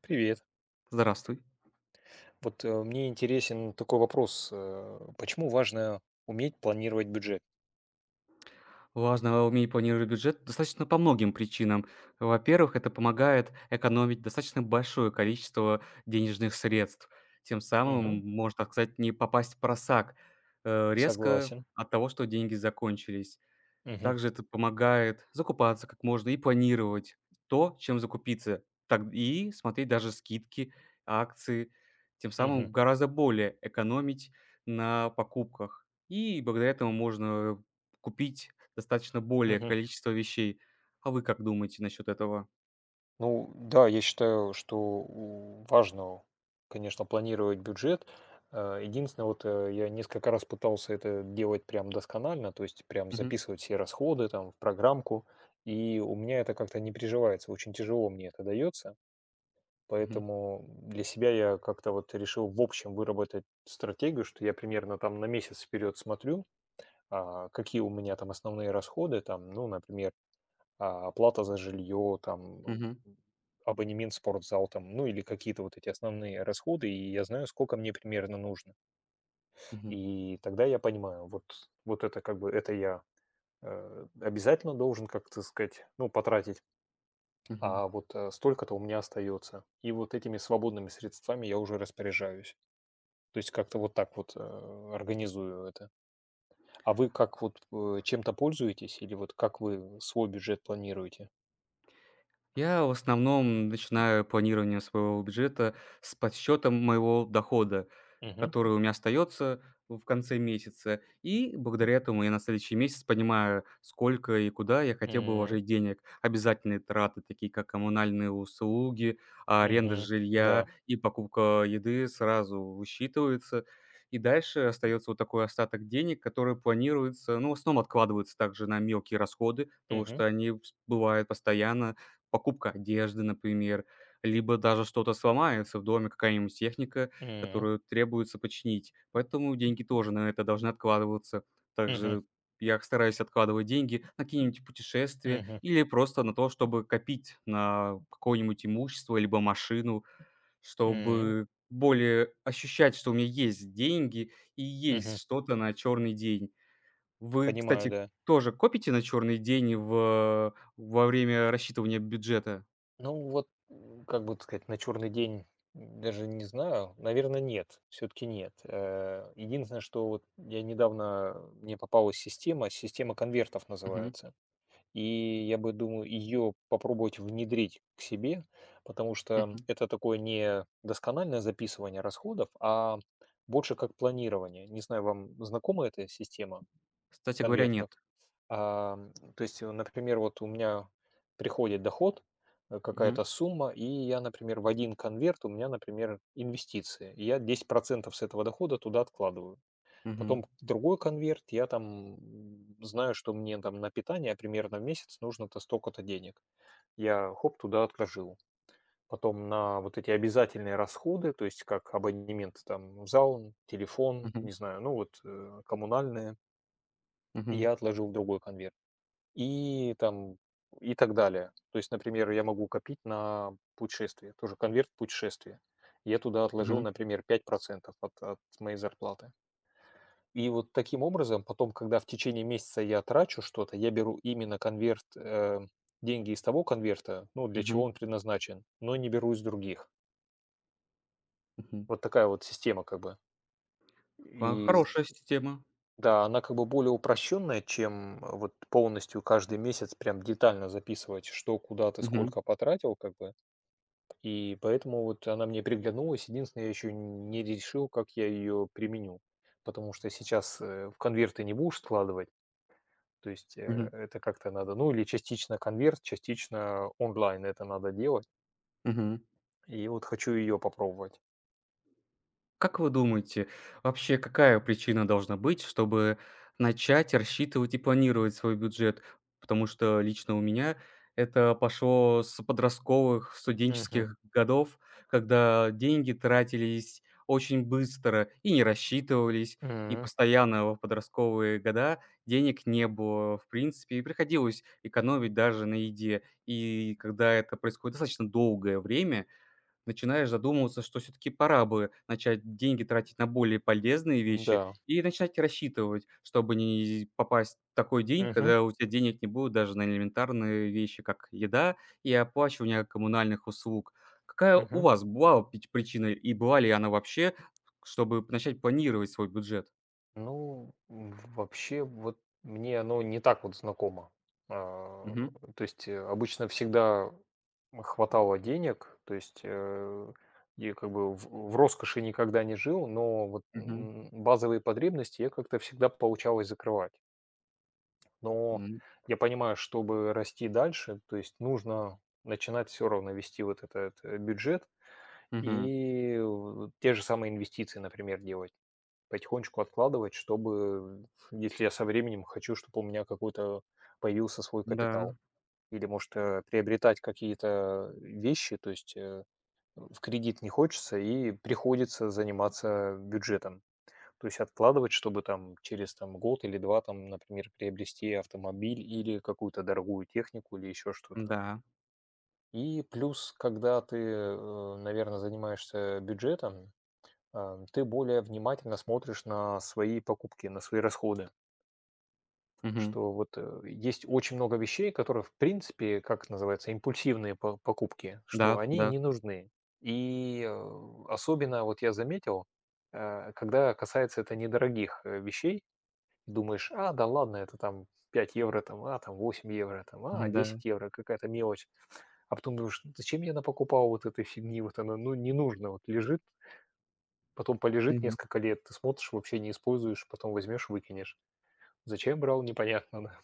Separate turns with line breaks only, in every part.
Привет.
Здравствуй.
Вот мне интересен такой вопрос. Почему важно уметь планировать бюджет?
Важно уметь планировать бюджет достаточно по многим причинам. Во-первых, это помогает экономить достаточно большое количество денежных средств. Тем
Мгм.
самым можно, так сказать, не попасть в просак резко
Согласен.
от того, что деньги закончились.
Мгм.
Также это помогает закупаться как можно и планировать то, чем закупиться, так и смотреть даже скидки, акции, тем
Мгм.
самым гораздо более экономить на покупках. И благодаря этому можно купить достаточно более
Мгм.
количество вещей. А вы как думаете насчет этого?
Ну да, я считаю, что важно, конечно, планировать бюджет. Единственное, вот я несколько раз пытался это делать прям досконально, то есть прям
Мгм.
записывать все расходы там в программку, и у меня это как-то не приживается, очень тяжело мне это дается.
Мгм.
Поэтому для себя я как-то вот решил в общем выработать стратегию, что я примерно там на месяц вперед смотрю, какие у меня там основные расходы, там, ну, например, оплата за жилье, там, ну,
Мгм.
абонемент в спортзал, там, ну, или какие-то вот эти основные расходы, и я знаю, сколько мне примерно нужно.
Мгм.
И тогда я понимаю, вот это как бы, это я обязательно должен, как-то сказать, ну, потратить
Мгм.
вот столько-то у меня остается. И вот этими свободными средствами я уже распоряжаюсь. То есть как-то вот так вот организую это. А вы как вот чем-то пользуетесь или вот как вы свой бюджет планируете?
Я в основном начинаю планирование своего бюджета с подсчетом моего дохода,
Мгм.
который у меня остается в конце месяца. И благодаря этому я на следующий месяц понимаю, сколько и куда я хотел бы
М,
вложить денег. Обязательные траты, такие как коммунальные услуги, аренда
мгм.
жилья
Да.
и покупка еды сразу высчитываются. И дальше остается вот такой остаток денег, который планируется, ну, в основном откладывается также на мелкие расходы, потому
Мгм.
что они бывают постоянно, покупка одежды, например, либо даже что-то сломается в доме, какая-нибудь техника,
М,
которую требуется починить. Поэтому деньги тоже на это должны откладываться.
мгм.
Также я стараюсь откладывать деньги на какие-нибудь путешествия
Мгм.
или просто на то, чтобы копить на какое-нибудь имущество либо машину,
Мгм.
чтобы более ощущать, что у меня есть деньги и есть
Мгм.
что-то на черный день. Вы,
Понимаю,
кстати,
да.
тоже копите на черный день в во время рассчитывания бюджета?
Ну вот, как бы так сказать, на черный день даже не знаю. Наверное, нет. Все-таки нет. Единственное, что вот я недавно мне попалась система конвертов
Мгм,
называется. И я бы думаю ее попробовать внедрить к себе, потому что
мгм.
это такое не доскональное записывание расходов, а больше как планирование. Не знаю, вам знакома эта система?
Кстати говоря, нет.
Конвертов. То есть, например, вот у меня приходит доход,
Мгм,
какая-то сумма, и я, например, в один конверт у меня, например, инвестиции. И я 10% с этого дохода туда откладываю.
мгм,
Потом другой конверт, я там, знаю, что мне там на питание примерно в месяц нужно-то столько-то денег. Я хоп, туда отложил. Потом на вот эти обязательные расходы, то есть как абонемент там в зал, телефон,
мгм,
не знаю, ну вот, коммунальные,
мгм,
я отложил в другой конверт. И там, и так далее. То есть, например, я могу копить на путешествие, тоже конверт путешествия. Я туда отложил,
мгм,
например, 5% от моей зарплаты. И вот таким образом, потом, когда в течение месяца я трачу что-то, я беру именно конверт, деньги из того конверта, ну, для чего
мгм,
он предназначен, но не беру из других.
мгм.
Вот такая вот система как бы.
Ха
И
хорошая система.
Да, она как бы более упрощенная, чем вот полностью каждый месяц прям детально записывать, что, куда ты
Мгм,
сколько потратил, как бы. И поэтому вот она мне приглянулась. Единственное, я еще не решил, как я ее применю. Потому что сейчас в конверты не будешь складывать. То есть
мгм,
это как-то надо, ну или частично конверт, частично онлайн это надо делать.
мгм.
И вот хочу ее попробовать.
Как вы думаете, вообще какая причина должна быть, чтобы начать рассчитывать и планировать свой бюджет? Потому что лично у меня это пошло с подростковых,
Мгм.
студенческих годов, когда деньги тратились очень быстро и не рассчитывались, и
М,
постоянно в подростковые года денег не было, в принципе, и приходилось экономить даже на еде. И когда это происходит достаточно долгое время, начинаешь задумываться, что все таки пора бы начать деньги тратить на более полезные вещи
да.
и начать рассчитывать, чтобы не попасть в такой день,
Мгм.
когда у тебя денег не будет даже на элементарные вещи, как еда и оплачивание коммунальных услуг. Какая у
Мгм.
вас была пич причина и была ли она вообще, чтобы начать планировать свой бюджет?
Ну, вообще, вот мне оно не так вот знакомо. А,
Мгм.
То есть обычно всегда хватало денег, то есть я как бы в роскоши никогда не жил, но вот
Мгм.
базовые потребности я как-то всегда получалось закрывать. Но
М.
я понимаю, чтобы расти дальше, то есть нужно начинать все равно вести вот этот бюджет,
Мгм.
и в те же самые инвестиции, например, делать. Потихонечку откладывать, чтобы, если я со временем хочу, чтобы у меня какой-то появился свой
Да,
капитал. Или, может, приобретать какие-то вещи, то есть в кредит не хочется и приходится заниматься бюджетом. То есть откладывать, чтобы там через там, год или два, там, например, приобрести автомобиль или какую-то дорогую технику или еще что-то.
да.
И плюс, когда ты, наверное, занимаешься бюджетом, ты более внимательно смотришь на свои покупки, на свои расходы.
Мгм.
Что вот есть очень много вещей, которые, в принципе, как это называется, импульсивные покупки, что
Да,
они
да.
не нужны. И особенно вот я заметил, когда касается это недорогих вещей, думаешь, а, да ладно, это там 5 евро, там, там 8 евро, там,
Мгм, да.
10 евро, какая-то мелочь. А потом думаешь, зачем я напокупал вот этой фигни, вот она, ну, не нужно, вот лежит, потом полежит
Мгм.
несколько лет, ты смотришь, вообще не используешь, потом возьмешь, выкинешь. Зачем брал, непонятно, да.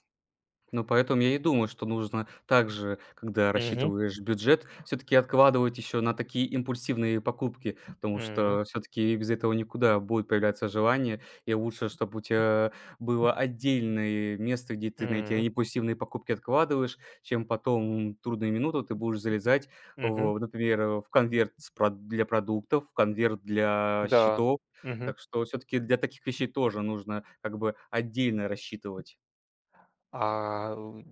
Ну, поэтому я и думаю, что нужно также, когда
Мгм.
рассчитываешь бюджет, все таки откладывать еще на такие импульсивные покупки, потому
Мгм.
что все таки без этого никуда будет появляться желание. И лучше, чтобы у тебя было отдельное место, где ты на эти
Мгм.
импульсивные покупки откладываешь, чем потом в трудную минуту ты будешь залезать
Мгм.
в, например, в конверт с прод для продуктов, в конверт для
Да.
счетов.
Мгм.
Так что все таки для таких вещей тоже нужно как бы отдельно рассчитывать.
А, м,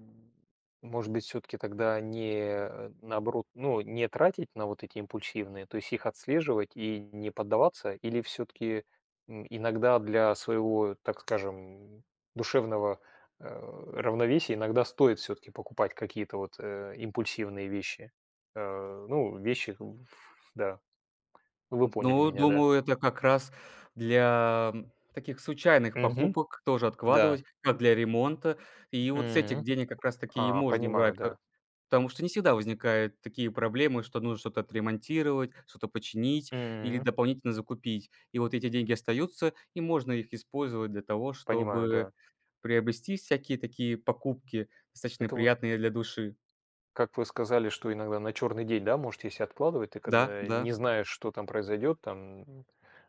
может быть, все таки тогда не, наоборот, ну, не тратить на вот эти импульсивные, то есть их отслеживать и не поддаваться? Или все таки иногда для своего, так скажем, душевного, равновесия иногда стоит все таки покупать какие-то вот, импульсивные вещи? Ну, вещи, в да, ну, вы поняли
Ну,
меня, да.
думаю, это как раз для, таких случайных
Мгм.
покупок тоже
Да.
откладывать, как для ремонта. И вот с этих
М.
денег как раз таки и
А,
можно
понимаю,
брать,
да.
потому что не всегда возникают такие проблемы, что нужно что-то отремонтировать, что-то починить или
М.
дополнительно закупить. И вот эти деньги остаются, и можно их использовать для того,
Понимаю,
чтобы
да.
приобрести всякие такие покупки, достаточно
Это вот,
приятные для души.
как вы сказали, что иногда на черный день, да, можете если откладывать, ты
Да,
когда
да.
не знаешь, что там произойдет, там,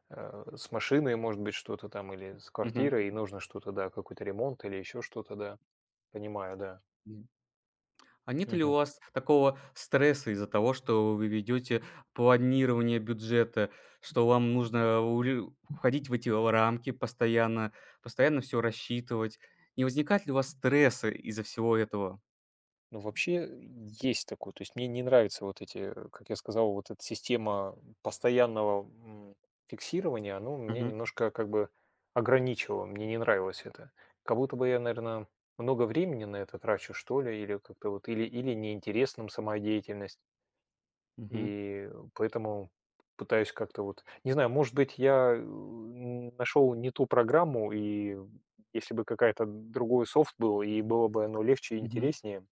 с машиной, может быть, что-то там или с
Мгм.
квартирой, и нужно что-то, да, какой-то ремонт или еще что-то, да. Понимаю, да.
А нет ли у
Мгм.
вас такого стресса из-за того, что вы ведете планирование бюджета, что вам нужно урю входить в эти рамки постоянно, постоянно все рассчитывать? Не возникает ли у вас стресса из-за всего этого?
Ну, вообще есть такое. То есть мне не нравится вот эти, как я сказал, вот эта система постоянного фиксирования, оно меня
Мгм,
немножко как бы ограничивало, мне не нравилось это. Как будто бы я, наверное, много времени на это трачу, что ли, или как-то вот, или неинтересным сама деятельность,
мгм,
и поэтому пытаюсь как-то вот, не знаю, может быть, я нашел не ту программу, и если бы какая-то другой софт был, и было бы оно легче и
мгм.
интереснее,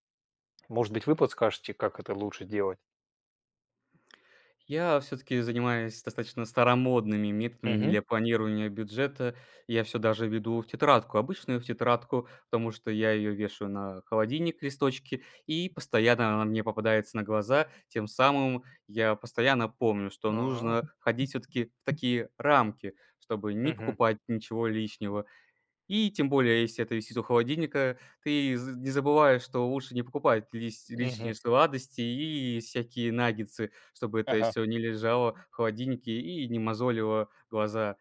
может быть, вы подскажете, как это лучше делать?
Я все таки занимаюсь достаточно старомодными методами
Мгм.
для планирования бюджета. Я все даже веду в тетрадку, обычную в тетрадку, потому что я ее вешаю на холодильник, листочки, и постоянно она мне попадается на глаза. Тем самым я постоянно помню, что
А,
нужно входить все таки в такие рамки, чтобы не
мгм,
покупать ничего лишнего, и тем более, если это висит у холодильника, ты з не забываешь, что лучше не покупать лись
мгм.
лишние сладости и всякие наггетсы, чтобы это
Ага.
все не лежало в холодильнике и не мозолило глаза.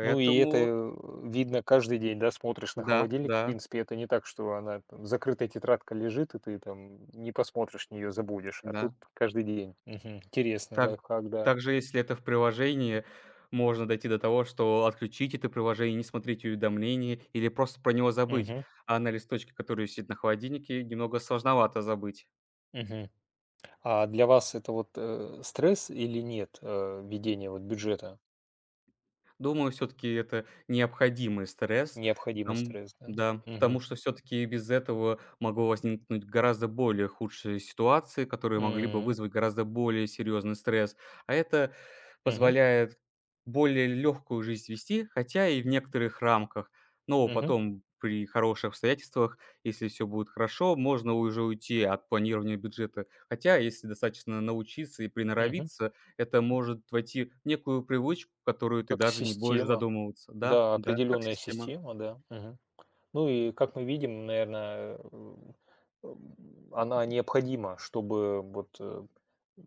Ну и это, видно каждый день, да, смотришь на
да,
холодильник. В
да,
принципе, это не так, что она там закрытая тетрадка лежит, и ты там не посмотришь на нее, забудешь. А тут
да.
каждый день. Мгм. Интересный
Так
лайфхак, да.
также, если это в приложении, можно дойти до того, что отключить это приложение, не смотреть уведомления или просто про него забыть.
Мгм,
А на листочке, который висит на холодильнике, немного сложновато забыть.
мгм. А для вас это вот, стресс или нет, ведение вот бюджета?
Думаю, все таки это необходимый стресс,
Необходимый
ам,
стресс, да?
да,
Мгм.
потому что все таки без этого могло возникнуть гораздо более худшие ситуации, которые могли бы
М,
вызвать гораздо более серьезный стресс. А это
мгм,
позволяет более легкую жизнь вести, хотя и в некоторых рамках. Но
мгм,
потом при хороших обстоятельствах, если все будет хорошо, можно уже уйти от планирования бюджета. Хотя, если достаточно научиться и
мгм.
приноровиться, это может войти в некую привычку, которую ты
Как
даже не будешь
система.
задумываться. Да,
Да,
да, как
определенная
система.
система, да. Мгм. Ну и, как мы видим, наверное, она необходима, чтобы вот, м,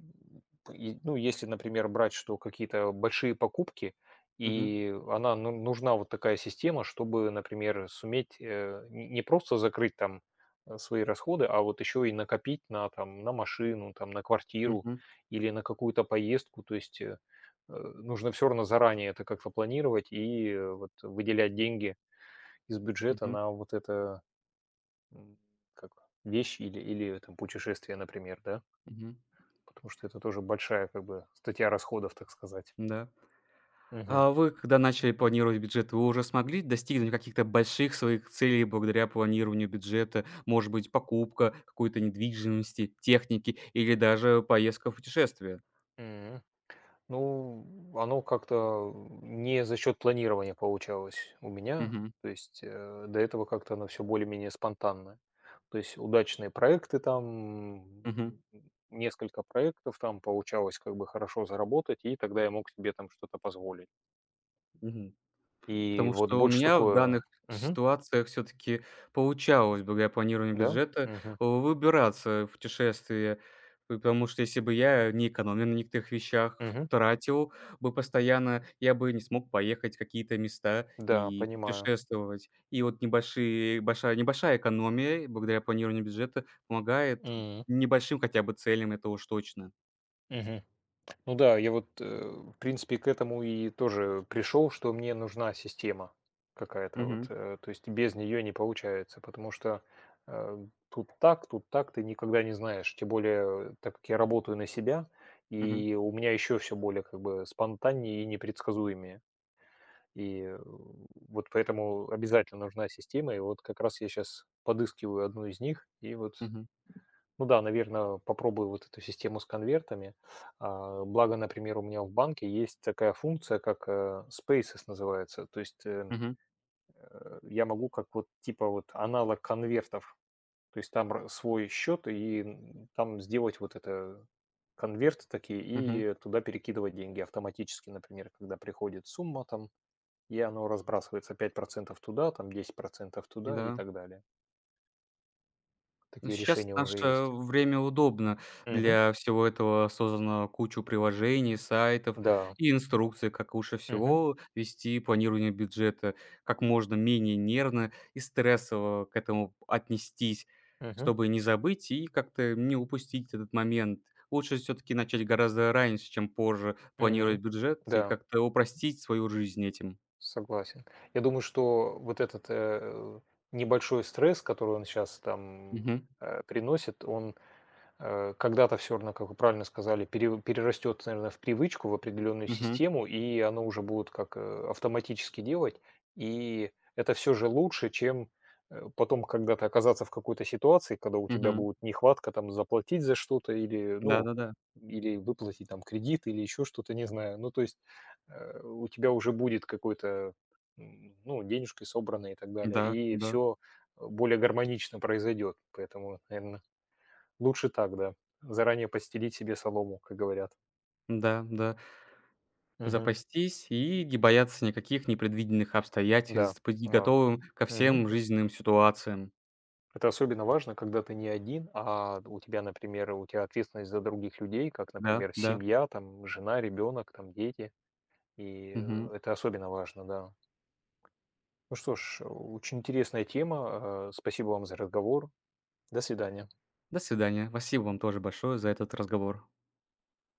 и, ну, если, например, брать, что какие-то большие покупки,
Мгм,
и она ну нужна вот такая система, чтобы, например, суметь, н не просто закрыть там, свои расходы, а вот еще и накопить на там, на машину, там, на квартиру
мгм,
или на какую-то поездку. То есть, нужно все равно заранее это как-то планировать и, вот выделять деньги из бюджета
мгм,
на вот это, м, как вещь или там путешествие, например, да?
мгм.
Потому что это тоже большая как бы статья расходов, так сказать.
Да.
Мгм.
А вы, когда начали планировать бюджет, вы уже смогли достигнуть каких-то больших своих целей благодаря планированию бюджета? Может быть, покупка какой-то недвижимости, техники или даже поездка в путешествие?
М. Ну, оно как-то не за счет планирования получалось у меня.
Мгм,
То есть, до этого как-то оно все более-менее спонтанно. То есть удачные проекты там,
мгм,
м, несколько проектов там получалось как бы хорошо заработать, и тогда я мог себе там что-то позволить.
мгм.
И
Потому
вот
что у
больше
меня в
такое.
данных
Мгм.
ситуациях все таки получалось благодаря планированию
Да?
бюджета,
Мгм.
выбираться в путешествия. Потому что если бы я не экономил на некоторых вещах,
Мгм.
тратил бы постоянно, я бы не смог поехать в какие-то места
Да,
и
понимаю.
путешествовать. И вот небольшие большая небольшая экономия благодаря планированию бюджета помогает вот
М.
небольшим хотя бы целям, это уж точно.
Мгм. Ну да, я вот, в принципе, к этому и тоже пришел, что мне нужна система какая-то вот,
Мгм,
то есть без нее не получается, потому что, тут так, ты никогда не знаешь. Тем более, так как я работаю на себя,
мгм,
и у меня еще все более как бы спонтаннее и непредсказуемее. И, вот поэтому обязательно нужна система. И вот как раз я сейчас подыскиваю одну из них, и вот.
мгм,
Ну да, наверное, попробую вот эту систему с конвертами. Благо, например, у меня в банке есть такая функция, как Spaces называется. То есть
мгм,
я могу как вот типа вот аналог конвертов. То есть там свой счет и там сделать вот это конверты такие
мгм.
и туда перекидывать деньги автоматически, например, когда приходит сумма там, и оно разбрасывается 5% туда, там 10% туда и
Да.
так далее.
Ну,
Такие
сейчас
решения
в
уже
наше
есть.
время удобно.
Мгм.
Для всего этого создано кучу приложений, сайтов
Да.
и инструкций, как лучше
Мгм.
всего вести планирование бюджета, как можно менее нервно и стрессово к этому отнестись,
Мгм.
чтобы не забыть и как-то не упустить этот момент. Лучше все-таки начать гораздо раньше, чем позже
М.
планировать бюджет и
Да,
как-то упростить свою жизнь этим.
согласен. Я думаю, что вот этот, небольшой стресс, который он сейчас там,
Мгм.
приносит, он, когда-то все равно, как вы правильно сказали, перерастет, наверное, в привычку, в определенную
Мгм.
систему, и оно уже будет как автоматически делать. И это все же лучше, чем, потом когда-то оказаться в какой-то ситуации, когда у тебя
Мгм.
будет нехватка там заплатить за что-то или, ну,
Да-да-да.
или выплатить там кредит, или еще что-то, не знаю. Ну, то есть, у тебя уже будет какой-то, ну, денежки собраны и так далее,
Да,
и
да.
все более гармонично произойдет. Поэтому, наверное. Лучше так, да. Заранее постелить себе солому, как говорят.
Да, да. Да, да.
Мгм.
Запастись и не бояться никаких непредвиденных
Да,
обстоятельств, быть
да.
готовым ко
Мгм.
всем жизненным ситуациям.
Это особенно важно, когда ты не один, а у тебя, например, у тебя ответственность за других людей, как,
Да,
например,
да.
семья, там, жена, ребенок, там, дети. И
Мгм.
это особенно важно, да. Ну что ж, очень интересная тема. Спасибо вам за разговор. До свидания.
До свидания. Спасибо вам тоже большое за этот разговор.